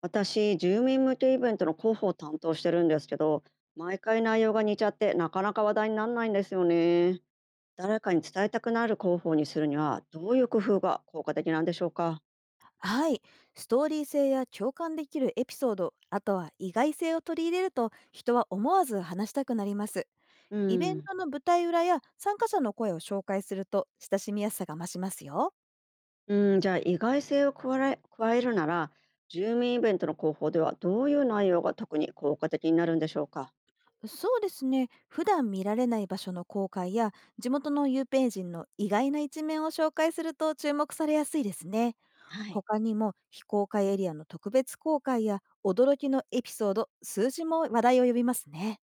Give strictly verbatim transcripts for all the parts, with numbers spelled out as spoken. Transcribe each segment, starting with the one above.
私、住民向けイベントの広報を担当してるんですけど、毎回内容が似ちゃってなかなか話題にならないんですよね。誰かに伝えたくなる広報にするにはどういう工夫が効果的なんでしょうか。はい。ストーリー性や共感できるエピソード、あとは意外性を取り入れると人は思わず話したくなります。うイベンん。トの舞台裏や参加者の声を紹介すると親しみやすさが増しますよ。うん、じゃあ意外性を加え加えるなら、住民イベントの広報ではどういう内容が特に効果的になるんでしょうか。そうですね。普段見られない場所の公開や地元の有名人の意外な一面を紹介すると注目されやすいですね。はい。他にも非公開エリアの特別公開や驚きのエピソード、数字も話題を呼びますね。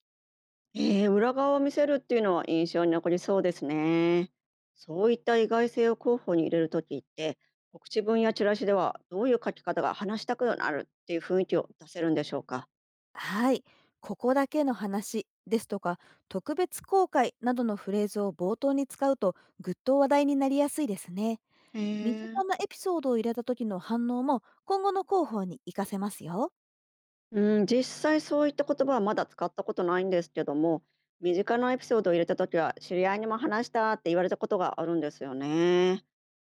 えー、裏側を見せるっていうのは印象に残りそうですね。そういった意外性を候補に入れるときって、告知文やチラシではどういう書き方が話したくなるっていう雰囲気を出せるんでしょうか。はい、ここだけの話ですとか、特別公開などのフレーズを冒頭に使うと、ぐっと話題になりやすいですね。へ身え。近なエピソードを入れた時の反応も、今後の広報に活かせますよ。うん、実際そういった言葉はまだ使ったことないんですけども、身近なエピソードを入れたときは知り合いにも話したって言われたことがあるんですよね。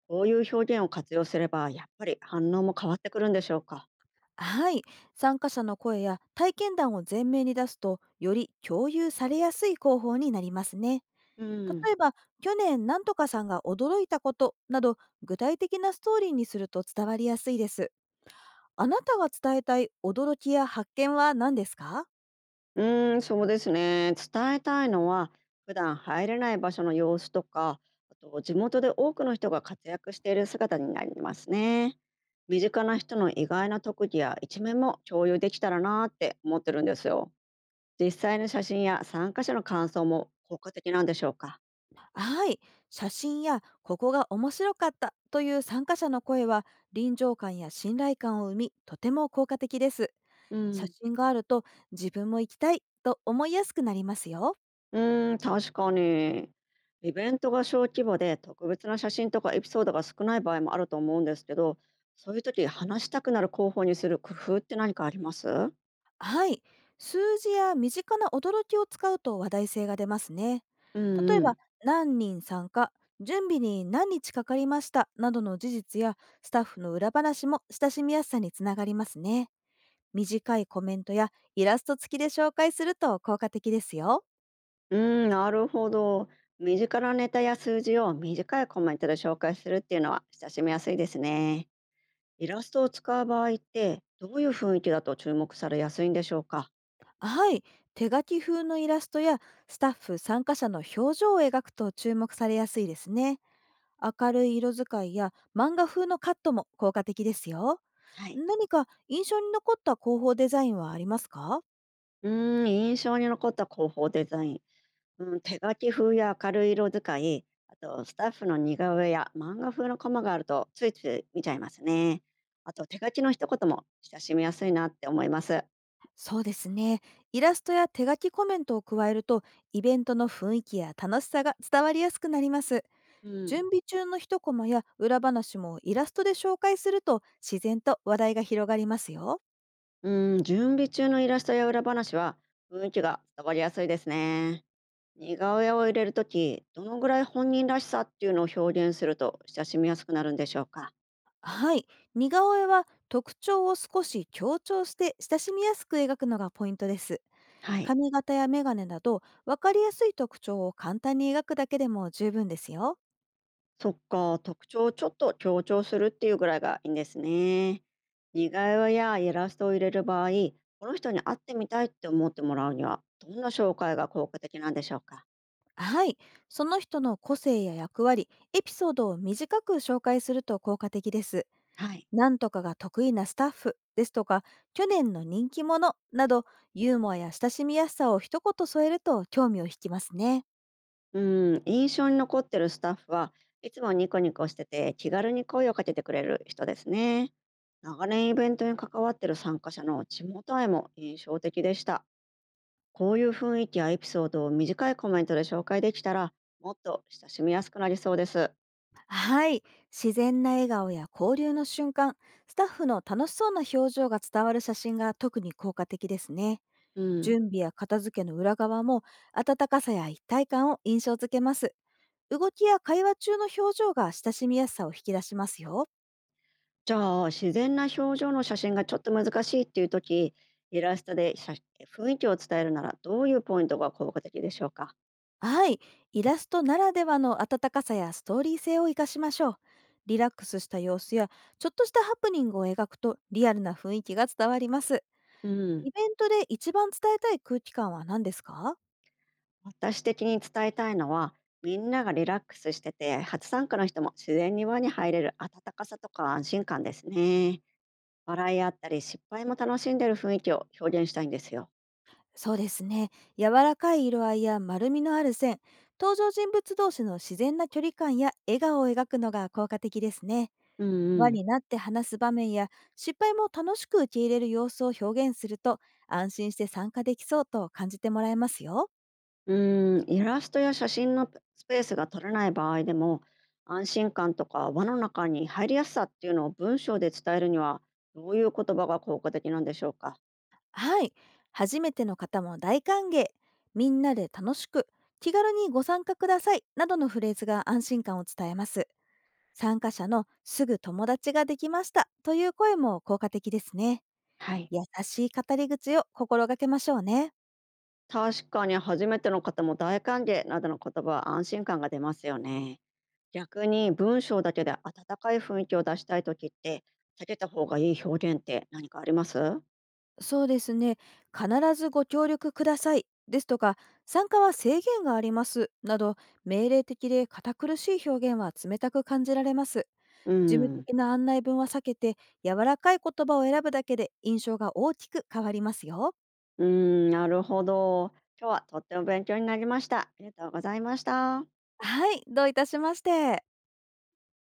こういう表現を活用すれば、やっぱり反応も変わってくるんでしょうか。はい、参加者の声や体験談を前面に出すと、より共有されやすい広報になりますね。うん。例えば、去年なんとかさんが驚いたことなど、具体的なストーリーにすると伝わりやすいです。あなたが伝えたい驚きや発見は何ですか？うーん、そうですね。伝えたいのは、普段入れない場所の様子とか、あと地元で多くの人が活躍している姿になりますね。身近な人の意外な特技や一面も共有できたらなーって思ってるんですよ。実際の写真や参加者の感想も効果的なんでしょうか。はい。写真やここが面白かったという参加者の声は臨場感や信頼感を生み、とても効果的です。う写ん。真があると自分も行きたいと思いやすくなりますよ。うーん、確かに。イベントが小規模で特別な写真とかエピソードが少ない場合もあると思うんですけど、そういう時話したくなる候補にする工夫って何かあります？はい。数字や身近な驚きを使うと話題性が出ますね。う例んえうば、ん。何人参加、準備に何日かかりましたなどの事実やスタッフの裏話も親しみやすさにつながりますね。短いコメントやイラスト付きで紹介すると効果的ですよ。うーん、なるほど。身近なネタや数字を短いコメントで紹介するっていうのは親しみやすいですね。イラストを使う場合ってどういう雰囲気だと注目されやすいんでしょうか？はい。手書き風のイラストやスタッフ参加者の表情を描くと注目されやすいですね。明るい色使いや漫画風のカットも効果的ですよ。はい。何か印象に残った広報デザインはありますか？うーん、印象に残った広報デザイン。うん、手書き風や明るい色使い、あとスタッフの似顔絵や漫画風のコマがあるとついつい見ちゃいますね。あと手書きの一言も親しみやすいなって思います。そうですね。イラストや手書きコメントを加えると、イベントの雰囲気や楽しさが伝わりやすくなります。う準ん、備中の一コマや裏話もイラストで紹介すると、自然と話題が広がりますよ。うん、準備中のイラストや裏話は雰囲気が伝わりやすいですね。似顔絵を入れるとき、どのぐらい本人らしさっていうのを表現すると親しみやすくなるんでしょうか。はい。似顔絵は特徴を少し強調して親しみやすく描くのがポイントです。はい。髪型やメガネなど、わかりやすい特徴を簡単に描くだけでも十分ですよ。そっか、特徴をちょっと強調するっていうぐらいがいいんですね。似顔絵やイラストを入れる場合、この人に会ってみたいって思ってもらうには、どんな紹介が効果的なんでしょうか。はい、その人の個性や役割、エピソードを短く紹介すると効果的です。はい。なんとかが得意なスタッフですとか、去年の人気者など、ユーモアや親しみやすさを一言添えると興味を引きますね。うん、印象に残ってるスタッフはいつもニコニコしてて気軽に声をかけてくれる人ですね。長年イベントに関わってる参加者の地元愛も印象的でした。こういう雰囲気やエピソードを短いコメントで紹介できたらもっと親しみやすくなりそうです。はい、自然な笑顔や交流の瞬間、スタッフの楽しそうな表情が伝わる写真が特に効果的ですね。うん。準備や片付けの裏側も温かさや一体感を印象付けます。動きや会話中の表情が親しみやすさを引き出しますよ。じゃあ自然な表情の写真がちょっと難しいっていう時、イラストで写雰囲気を伝えるならどういうポイントが効果的でしょうか？はい。イラストならではの温かさやストーリー性を生かしましょう。リラックスした様子や、ちょっとしたハプニングを描くとリアルな雰囲気が伝わります。うイん、ベントで一番伝えたい空気感は何ですか？私的に伝えたいのは、みんながリラックスしてて初参加の人も自然に輪に入れる温かさとか安心感ですね。笑いあったり失敗も楽しんでる雰囲気を表現したいんですよ。そうですね。柔らかい色合いや丸みのある線、登場人物同士の自然な距離感や笑顔を描くのが効果的ですね。うんう輪ん。になって話す場面や失敗も楽しく受け入れる様子を表現すると、安心して参加できそうと感じてもらえますよ。うーん、イラストや写真のスペースが取れない場合でも、安心感とか輪の中に入りやすさっていうのを文章で伝えるには、どういう言葉が効果的なんでしょうか。はい。初めての方も大歓迎。みんなで楽しく、気軽にご参加ください。などのフレーズが安心感を伝えます。参加者のすぐ友達ができましたという声も効果的ですね。はい。優しい語り口を心がけましょうね。確かに初めての方も大歓迎などの言葉は安心感が出ますよね。逆に文章だけで温かい雰囲気を出したい時って、避けた方がいい表現って何かあります？そうですね。必ずご協力くださいですとか、参加は制限がありますなど、命令的で堅苦しい表現は冷たく感じられます。う事務ん。的な案内文は避けて、柔らかい言葉を選ぶだけで印象が大きく変わりますよ。うん、なるほど。今日はとっても勉強になりました。ありがとうございました。はい、どういたしまして。